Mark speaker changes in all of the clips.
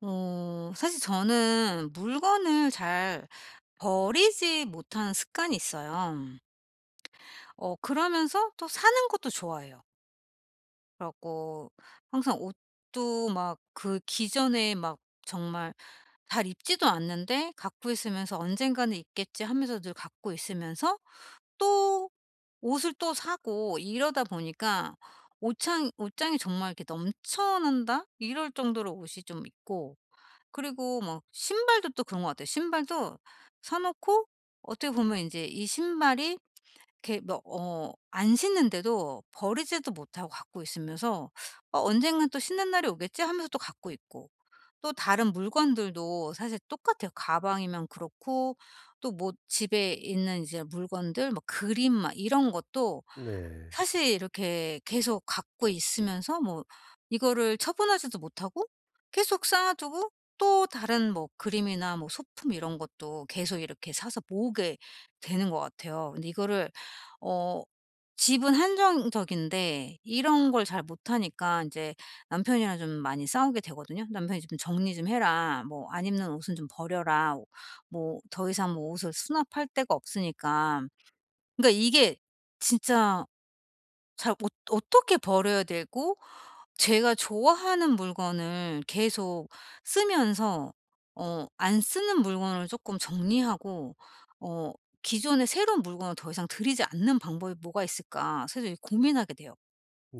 Speaker 1: 사실 저는 물건을 잘 버리지 못하는 습관이 있어요. 그러면서 또 사는 것도 좋아해요. 그래 갖고 항상 옷도 막 그 기존에 막 정말 잘 입지도 않는데 갖고 있으면서 '언젠가는 입겠지.' 하면서 늘 갖고 있으면서 또 옷을 또 사고 이러다 보니까 옷장이 정말 이렇게 넘쳐난다 이럴 정도로 옷이 좀 있고 그리고 뭐 신발도 또 그런 것 같아요. 신발도 사 놓고 어떻게 보면 인제 이 신발이 이렇게 뭐 안 신는데도 버리지도 못하고 갖고 있으면서 '어 언젠간 또 신는 날이 오겠지.' 하면서 또 갖고 있고. 또 다른 물건들도 사실 똑같아요. 가방이면 그렇고 또 뭐 집에 있는 이제 물건들 뭐 그림 막 이런 것도
Speaker 2: 네.
Speaker 1: 사실 이렇게 계속 갖고 있으면서 뭐 이거를 처분하지도 못하고 계속 쌓아 두고 또 다른 뭐 그림이나 뭐 소품 이런 것도 계속 이렇게 사서 모으게 되는 것 같아요. 근데 이거를 어 집은 한정적인데 이런 걸 잘 못하니까 이제 남편이랑 좀 많이 싸우게 되거든요. 남편이 "좀 정리 좀 해라. 뭐 안 입는 옷은 좀 버려라. 뭐 더 이상 뭐 옷을 수납할 데가 없으니까." 그러니까 이게 진짜 잘 어떻게 버려야 되고 제가 좋아하는 물건을 계속 쓰면서 안 쓰는 물건을 조금 정리하고 어 기존에 새로운 물건을 더 이상 들이지 않는 방법이 뭐가 있을까 사실 이 고민하게 돼요.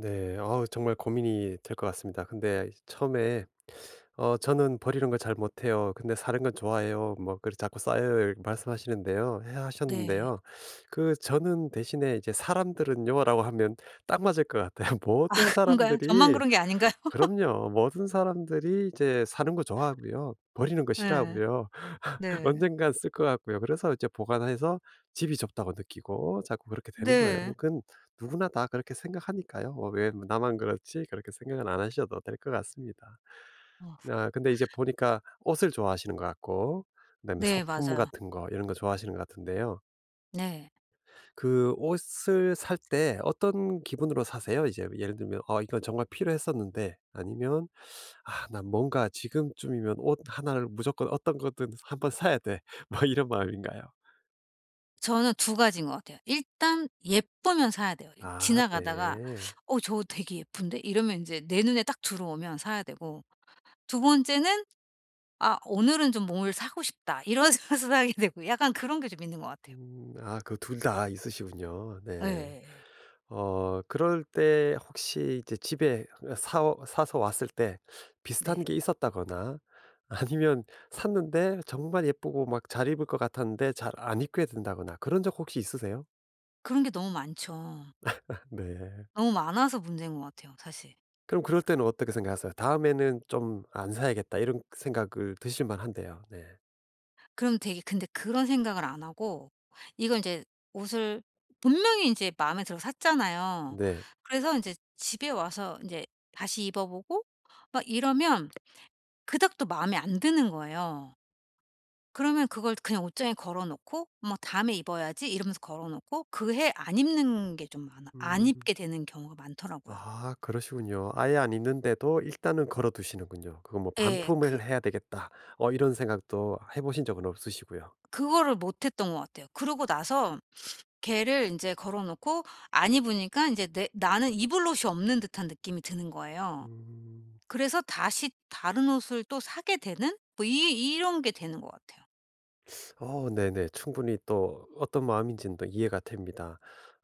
Speaker 2: 네. 어우 정말 고민이 될 것 같습니다. 근데 처음에 저는 버리는 걸 잘 못해요. 근데 사는 건 좋아해요." 뭐 그렇게 자꾸 쌓여요 이렇게 말씀하시는데요 해
Speaker 1: 네.
Speaker 2: 하셨는데요. 그 저는 대신에 이제 "사람들은요."라고 하면 딱 맞을 것 같아요. 모든
Speaker 1: 그런가요? 저만
Speaker 2: 사람들이
Speaker 1: 그런 게 아닌가요?
Speaker 2: 그럼요. 모든 사람들이 이제 사는 거 좋아하고요. 버리는 거
Speaker 1: 네,
Speaker 2: 싫어하고요.
Speaker 1: 네.
Speaker 2: 언젠간 쓸 것 같고요. 그래서 이제 보관해서 집이 좁다고 느끼고 자꾸 그렇게 되는 거예요.
Speaker 1: 네.
Speaker 2: 그건 누구나 다 그렇게 생각하니까요. 왜 나만 그렇지 그렇게 생각은 안 하셔도 될 것 같습니다.
Speaker 1: 어.
Speaker 2: 아 근데 이제 보니까 옷을 좋아하시는 것 같고 그다음에
Speaker 1: 네,
Speaker 2: 소품
Speaker 1: 맞아요.
Speaker 2: 같은 거 이런 거 좋아하시는 것 같은데요.
Speaker 1: 네.
Speaker 2: 그 옷을 살 때 어떤 기분으로 사세요? 이제 예를 들면 이건 정말 필요했었는데.' 아니면 '아 난 뭔가 지금쯤이면 옷 하나를 무조건 어떤 거든 한번 사야 돼.' 뭐 이런 마음인가요?
Speaker 1: 저는 두 가지인 것 같아요. 일단 예쁘면 사야 돼요.
Speaker 2: 아
Speaker 1: 지나가다가
Speaker 2: 네.
Speaker 1: '어 저거 되게 예쁜데?' 이러면 이제 내 눈에 딱 들어오면 사야 되고 두 번째는 '아 오늘은 좀 뭘 사고 싶다.' 이러면서 사게 되고 약간 그런 게 좀 있는 것 같아요.
Speaker 2: 아 그 둘 다 있으시군요. 네.
Speaker 1: 예예예.
Speaker 2: 그럴 때 혹시 이제 집에 사 사서 왔을 때 비슷한
Speaker 1: 네.
Speaker 2: 게 있었다거나 아니면 샀는데 정말 예쁘고 막 잘 입을 것 같았는데 잘 안 입게 된다거나 그런 적 혹시 있으세요?
Speaker 1: 그런 게 너무 많죠.
Speaker 2: 네.
Speaker 1: 너무 많아서 문제인 것 같아요 사실.
Speaker 2: 그럼 그럴 때는 어떻게 생각하세요? '다음에는 좀 안 사야겠다.' 이런 생각을 드실 만한데요. 네.
Speaker 1: 그럼 되게 근데 그런 생각을 안 하고 이걸 인제 옷을 분명히 인제 마음에 들어 샀잖아요.
Speaker 2: 네.
Speaker 1: 그래서 인제 집에 와서 인제 다시 입어 보고 막 이러면 그닥 또 마음에 안 드는 거예요. 그러면 그걸 그냥 옷장에 걸어 놓고 '뭐 다음에 입어야지.' 이러면서 걸어 놓고 그 해 안 입는 게 좀 많아 안
Speaker 2: 음.
Speaker 1: 입게 되는 경우가 많더라고요.
Speaker 2: 아 그러시군요. 아예 안 있는데도 일단은 걸어 두시는군요. 그거 뭐
Speaker 1: 예. 그
Speaker 2: '반품을 해야 되겠다.' 이런 생각도 해 보신 적은 없으시고요.
Speaker 1: 그거를 못 했던 것 같아요. 그러고 나서 걔를 인제 걸어 놓고 안 입으니까 인제 내 나는 입을 옷이 없는 듯한 느낌이 드는 거예요.
Speaker 2: 음.
Speaker 1: 그래서 다시 다른 옷을 또 사게 되는 뭐 이 이런 게 되는 것 같아요.
Speaker 2: 어 네네. 충분히 또 어떤 마음인지는 또 이해가 됩니다.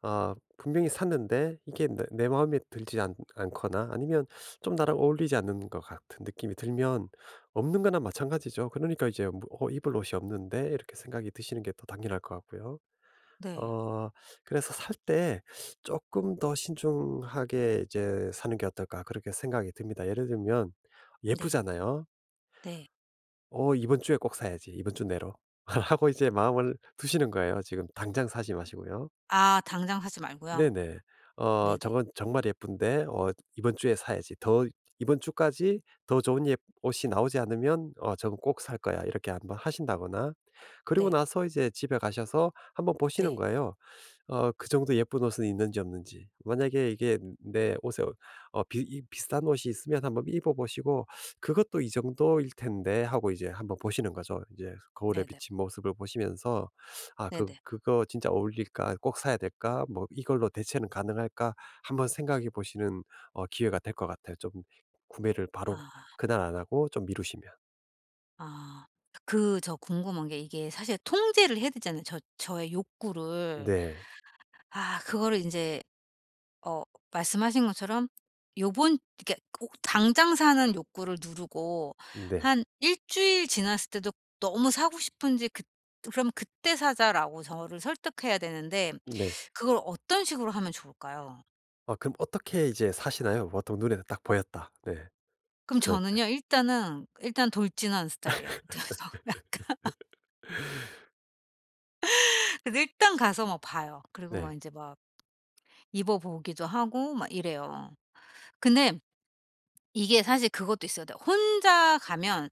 Speaker 2: 아 분명히 샀는데 이게 내 마음에 들지 않 않거나 아니면 좀 나랑 어울리지 않는 것 같은 느낌이 들면 없는 거나 마찬가지죠. 그러니까 이제 뭐 '어 입을 옷이 없는데?' 이렇게 생각이 드시는 게 더 당연할 것 같고요.
Speaker 1: 네.
Speaker 2: 어 그래서 '살 때 조금 더 신중하게 이제 사는 게 어떨까.' 그렇게 생각이 듭니다. 예를 들면
Speaker 1: 네.
Speaker 2: 예쁘잖아요.
Speaker 1: 네.
Speaker 2: 이번 주에 꼭 사야지. 이번 주 내로.' 하고 이제 마음을 두시는 거예요. 지금 당장 사지 마시고요.
Speaker 1: 아 당장 사지 말고요.
Speaker 2: 네네.
Speaker 1: 네네.
Speaker 2: '저건 정말 예쁜데 이번 주에 사야지. 더 이번 주까지 더 좋은 옷이 나오지 않으면 저건 꼭 살 거야.' 이렇게 한번 하신다거나 그리고
Speaker 1: 네.
Speaker 2: 나서 이제 집에 가셔서 한번 보시는
Speaker 1: 네.
Speaker 2: 거예요. 그 정도 예쁜 옷은 있는지 없는지. 만약에 이게 내 옷에 어 어, 비 이 비슷한 옷이 있으면 한번 입어 보시고 '그것도 이 정도일 텐데.' 하고 이제 한번 보시는 거죠. 이제 거울에
Speaker 1: 네네.
Speaker 2: 비친 모습을 보시면서 '아
Speaker 1: 네네.
Speaker 2: 그거 진짜 어울릴까? 꼭 사야 될까? 뭐 이걸로 대체는 가능할까?' 한번 생각해 보시는 기회가 될 것 같아요. 좀 구매를 바로
Speaker 1: 아.
Speaker 2: 그날 안 하고 좀 미루시면.
Speaker 1: 아. 그 저 궁금한 게 이게 사실 통제를 해야 되잖아요, 저의 욕구를.
Speaker 2: 네.
Speaker 1: 아 그거를 인제 어 말씀하신 것처럼 요번 이게 당장 사는 욕구를 누르고
Speaker 2: 네.
Speaker 1: 한 일 주일 지났을 때도 너무 사고 싶은지 그 그럼 "그때 사자."라고 저를 설득해야 되는데
Speaker 2: 네.
Speaker 1: 그걸 어떤 식으로 하면 좋을까요?
Speaker 2: 아 그럼 어떻게 이제 사시나요? 보통 눈에 딱 보였다. 네.
Speaker 1: 그럼
Speaker 2: 그럴
Speaker 1: 저는요 일단은 일단 돌진하는 스타일이에요. 그래서 약간
Speaker 2: 때.
Speaker 1: 근데 일단 가서 막 봐요. 그리고 막
Speaker 2: 네.
Speaker 1: 이제 막 입어 보기도 하고 막 이래요. 근데 이게 사실 그것도 있어야 돼요. 혼자 가면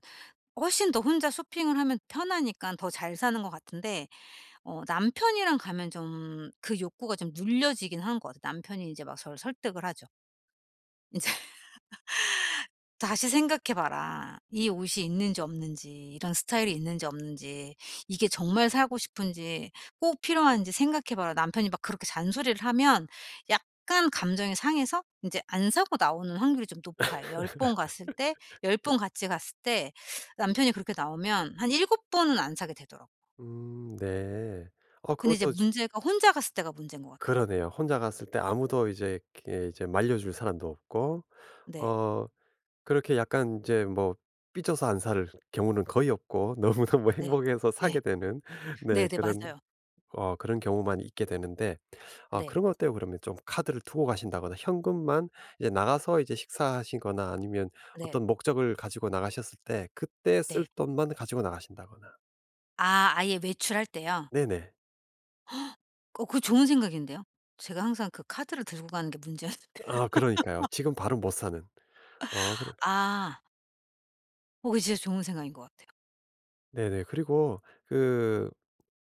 Speaker 1: 훨씬 더 혼자 쇼핑을 하면 편하니까 더 잘 사는 것 같은데 남편이랑 가면 좀 그 욕구가 좀 눌려지긴 하는 것 같아요. 남편이 이제 막 저를 설득을 하죠. 다시 생각해 봐라. 이 옷이 있는지 없는지, 이런 스타일이 있는지 없는지, 이게 정말 사고 싶은지, 꼭 필요한지 생각해 봐라. 남편이 막 그렇게 잔소리를 하면 약간 감정이 상해서 이제 안 사고 나오는 확률이 좀 높아요. 열 번 같이 갔을 때 남편이 그렇게 나오면 한 일곱 번은 안 사게 되더라고요.
Speaker 2: 네.
Speaker 1: 근데 이제
Speaker 2: 그것도 좀
Speaker 1: 문제가 혼자 갔을 때가 문제인 것 같아요.
Speaker 2: 그러네요. 혼자 갔을 때 아무도 이제 이렇게 이제 말려줄 사람도 없고
Speaker 1: 네.
Speaker 2: 어 그렇게 약간 이제 뭐 삐져서 안 살 경우는 거의 없고 너무너무
Speaker 1: 네.
Speaker 2: 행복해서
Speaker 1: 네.
Speaker 2: 사게 되는 네
Speaker 1: 네네.
Speaker 2: 그런
Speaker 1: 맞아요.
Speaker 2: 그런 경우만 있게 되는데 아
Speaker 1: 네.
Speaker 2: 그런 거 어때요 그러면 좀 카드를 두고 가신다거나 현금만 이제 나가서 이제 식사하시거나 아니면
Speaker 1: 네.
Speaker 2: 어떤 목적을 가지고 나가셨을 때 그때 쓸
Speaker 1: 네.
Speaker 2: 돈만 가지고 나가신다거나.
Speaker 1: 아 아예 외출할 때요?
Speaker 2: 네네.
Speaker 1: 어 그거 좋은 생각인데요. 제가 항상 그 카드를 들고 가는 게 문제였는데.
Speaker 2: 아 그러니까요. 지금 바로 못 사는. 아 그래
Speaker 1: 아. 어 그거 진짜 좋은 생각인 것 같아요.
Speaker 2: 네네. 그리고 그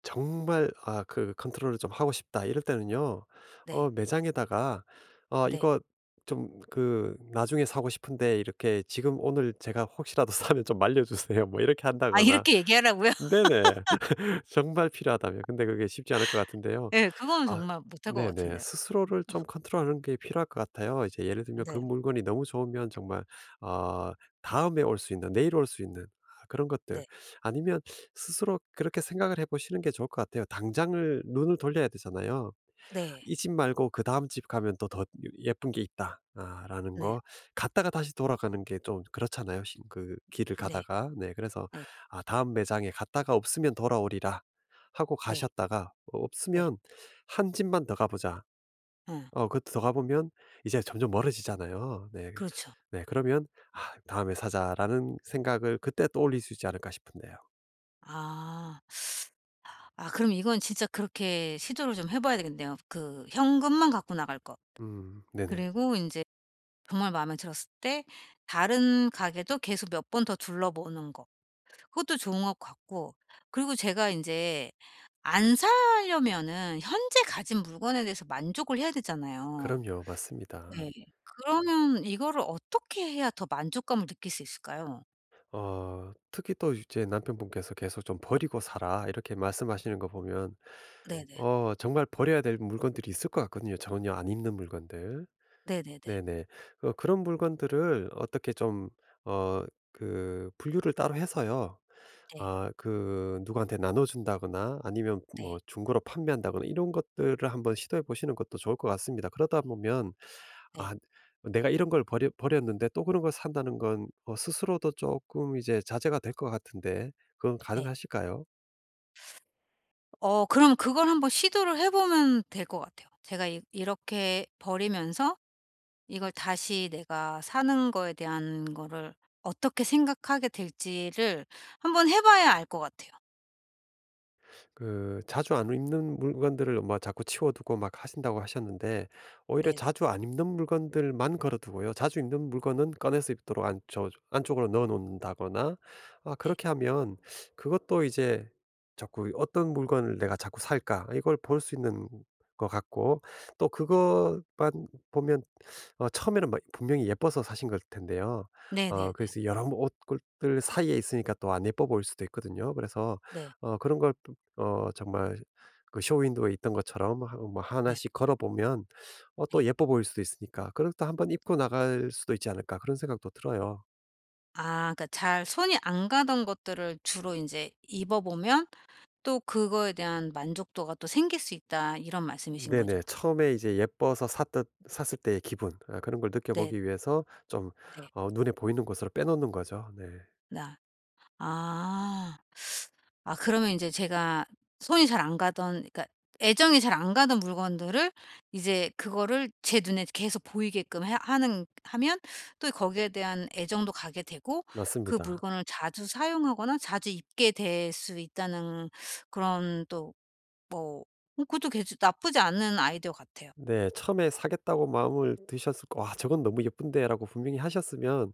Speaker 2: 정말 아 그 '컨트롤을 좀 하고 싶다.' 이럴 때는요.
Speaker 1: 네.
Speaker 2: 매장에다가
Speaker 1: 네.
Speaker 2: 이거 좀 그 나중에 사고 싶은데 이렇게 지금 오늘 제가 혹시라도 사면 좀 말려 주세요." 뭐 이렇게
Speaker 1: 아
Speaker 2: 한다거나
Speaker 1: 이렇게 얘기하라고요?
Speaker 2: 네네. 정말 필요하다면. 근데 그게 쉽지 않을 것 같은데요.
Speaker 1: 예. 그거는
Speaker 2: 아
Speaker 1: 정말 못할 것
Speaker 2: 네네.
Speaker 1: 같은데요.
Speaker 2: 스스로를 좀 컨트롤하는 게 필요할 것 같아요. 이제 예를 들면 그
Speaker 1: 네.
Speaker 2: 물건이 너무 좋으면 정말 어 다음에 올 수 있는 내일 올 수 있는 아 그런 것들
Speaker 1: 네.
Speaker 2: 아니면 스스로 그렇게 생각을 해 보시는 게 좋을 것 같아요. 당장을 눈을 돌려야 되잖아요.
Speaker 1: 네.
Speaker 2: 이 집 말고 그다음 집 가면 또 더 예쁜 게 있다. 아 라는
Speaker 1: 네.
Speaker 2: 거. 갔다가 다시 돌아가는 게 좀 그렇잖아요. 신 그 길을
Speaker 1: 네.
Speaker 2: 가다가. 네 그래서
Speaker 1: 네,
Speaker 2: 아 "다음 매장에 갔다가 없으면 돌아오리라." 하고
Speaker 1: 네.
Speaker 2: 가셨다가
Speaker 1: 네.
Speaker 2: 없으면 한 집만 더 가 보자."
Speaker 1: 어.
Speaker 2: 그 더 가 보면 이제 점점 멀어지잖아요. 네.
Speaker 1: 그렇죠.
Speaker 2: 네 그러면 '아 다음에 사자.'라는 생각을 그때 떠올릴 수 있지 않을까 싶은데요.
Speaker 1: 아. 아 그럼 이건 진짜 그렇게 시도를 좀 해 봐야 되겠네요. 그 현금만 갖고 나갈 거.
Speaker 2: 네네.
Speaker 1: 그리고 인제 정말 마음에 들었을 때 다른 가게도 계속 몇 번 더 둘러보는 거. 그것도 좋은 것 같고 그리고 제가 인제 안 사려면은 현재 가진 물건에 대해서 만족을 해야 되잖아요.
Speaker 2: 그럼요. 맞습니다.
Speaker 1: 네. 그러면 이거를 어떻게 해야 더 만족감을 느낄 수 있을까요?
Speaker 2: 특히 또 이제 남편분께서 계속 "좀 버리고 살아 이렇게 말씀하시는 거 보면
Speaker 1: 네네.
Speaker 2: 정말 버려야 될 물건들이 있을 것 같거든요, 전혀 안 입는 물건들.
Speaker 1: 네네네.
Speaker 2: 네네. 그런 물건들을 어떻게 좀 어 그 분류를 따로 해서요.
Speaker 1: 네.
Speaker 2: 아 그 누구한테 나눠 준다거나 아니면
Speaker 1: 네.
Speaker 2: 뭐 중고로 판매한다거나 이런 것들을 한번 시도해 보시는 것도 좋을 것 같습니다. 그러다 보면
Speaker 1: 네.
Speaker 2: 아 내가 이런 걸 버려 버렸는데 또 그런 걸 산다는 건 스스로도 조금 이제 자제가 될 것 같은데 그건
Speaker 1: 네.
Speaker 2: 가능하실까요?
Speaker 1: 어 그럼 그걸 한번 시도를 해 보면 될 것 같아요. 제가 이 이렇게 버리면서 이걸 다시 내가 사는 거에 대한 거를 어떻게 생각하게 될지를 한번 해 봐야 알 것 같아요.
Speaker 2: 그 자주 안 입는 물건들을 막 자꾸 치워두고 막 하신다고 하셨는데 오히려
Speaker 1: 네네.
Speaker 2: 자주 안 입는 물건들만 걸어두고요. 자주 입는 물건은 꺼내서 입도록 안쪽으로 넣어 놓는다거나 아,
Speaker 1: 네.
Speaker 2: 그렇게 하면 그것도 이제 자꾸 어떤 물건을 내가 자꾸 살까 이걸 볼 수 있는 것 같고 또
Speaker 1: 네.
Speaker 2: 그것만 보면 어, 처음에는 막 분명히 예뻐서 사신 걸 텐데요. 어,
Speaker 1: 네네네.
Speaker 2: 그래서 여러 옷들 사이에 있으니까 또 안 예뻐 보일 수도 있거든요. 그래서
Speaker 1: 네.
Speaker 2: 어, 그런 걸 정말 그 쇼윈도에 있던 것처럼 하 뭐
Speaker 1: 네.
Speaker 2: 하나씩 걸어 보면
Speaker 1: 네.
Speaker 2: 또 예뻐 보일 수도 있으니까 그걸 또한번 입고 나갈 수도 있지 않을까 그런 생각도 들어요.
Speaker 1: 아 그러니까 잘 손이 안 가던 것들을 주로 인제 입어 보면 또 그거에 대한 만족도가 또 생길 수 있다 이런 말씀이신 거죠?
Speaker 2: 네네. 처음에 이제 예뻐서 샀듯 샀을 때의 기분 아 그런 걸
Speaker 1: 네.
Speaker 2: 느껴보기 위해서 좀
Speaker 1: 네.
Speaker 2: 눈에 보이는 곳으로 빼놓는 거죠. 네.
Speaker 1: 나 아. 아 그러면 인제 제가 손이 잘 안 가던 그러니까 애정이 잘 안 가던 물건들을 이제 그거를 제 눈에 계속 보이게끔 해 하는 하면 또 거기에 대한 애정도 가게 되고 그
Speaker 2: 맞습니다.
Speaker 1: 물건을 자주 사용하거나 자주 입게 될 수 있다는 그런 또 뭐 그것도 괜찮 나쁘지 않은 아이디어 같아요.
Speaker 2: 네. 처음에 사겠다고 마음을 드셨을 거 '와 저건 너무 예쁜데.'라고 분명히 하셨으면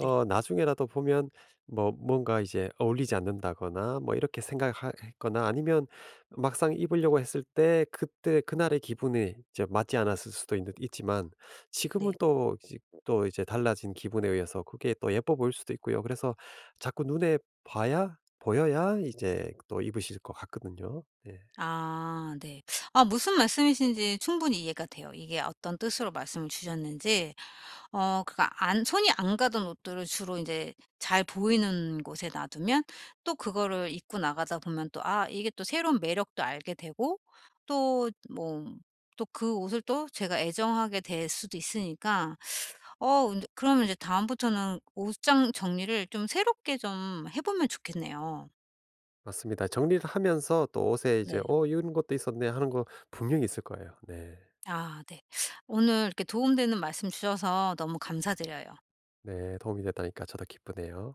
Speaker 1: 네.
Speaker 2: 나중에라도 보면 뭔가 이제 어울리지 않는다거나 뭐 이렇게 생각했거나 아니면 막상 입으려고 했을 때 그때 그날의 기분이 이제 맞지 않았을 수도 있지만
Speaker 1: 네.
Speaker 2: 지금은 또, 이제- 또 이제 달라진 기분에 의해서 그게 또 예뻐 보일 수도 있고요. 그래서 자꾸 눈에 봐야 보여야 이제 또 입으실 것 같거든요. 네.
Speaker 1: 아 네. 아 무슨 말씀이신지 충분히 이해가 돼요. 이게 어떤 뜻으로 말씀을 주셨는지 그러니까 안 손이 안 가던 옷들을 주로 이제 잘 보이는 곳에 놔두면 또 그거를 입고 나가다 보면 또 아 이게 또 새로운 매력도 알게 되고 또 뭐 또 그 옷을 또 제가 애정하게 될 수도 있으니까 근데 그러면 이제 다음부터는 옷장 정리를 좀 새롭게 좀 해 보면 좋겠네요.
Speaker 2: 맞습니다. 정리를 하면서 또 옷에 이제
Speaker 1: 네.
Speaker 2: 이런 것도 있었네 하는 거 분명히 있을 거예요. 네.
Speaker 1: 아 네. 오늘 이렇게 도움되는 말씀 주셔서 너무 감사드려요.
Speaker 2: 네, 도움이 됐다니까 저도 기쁘네요.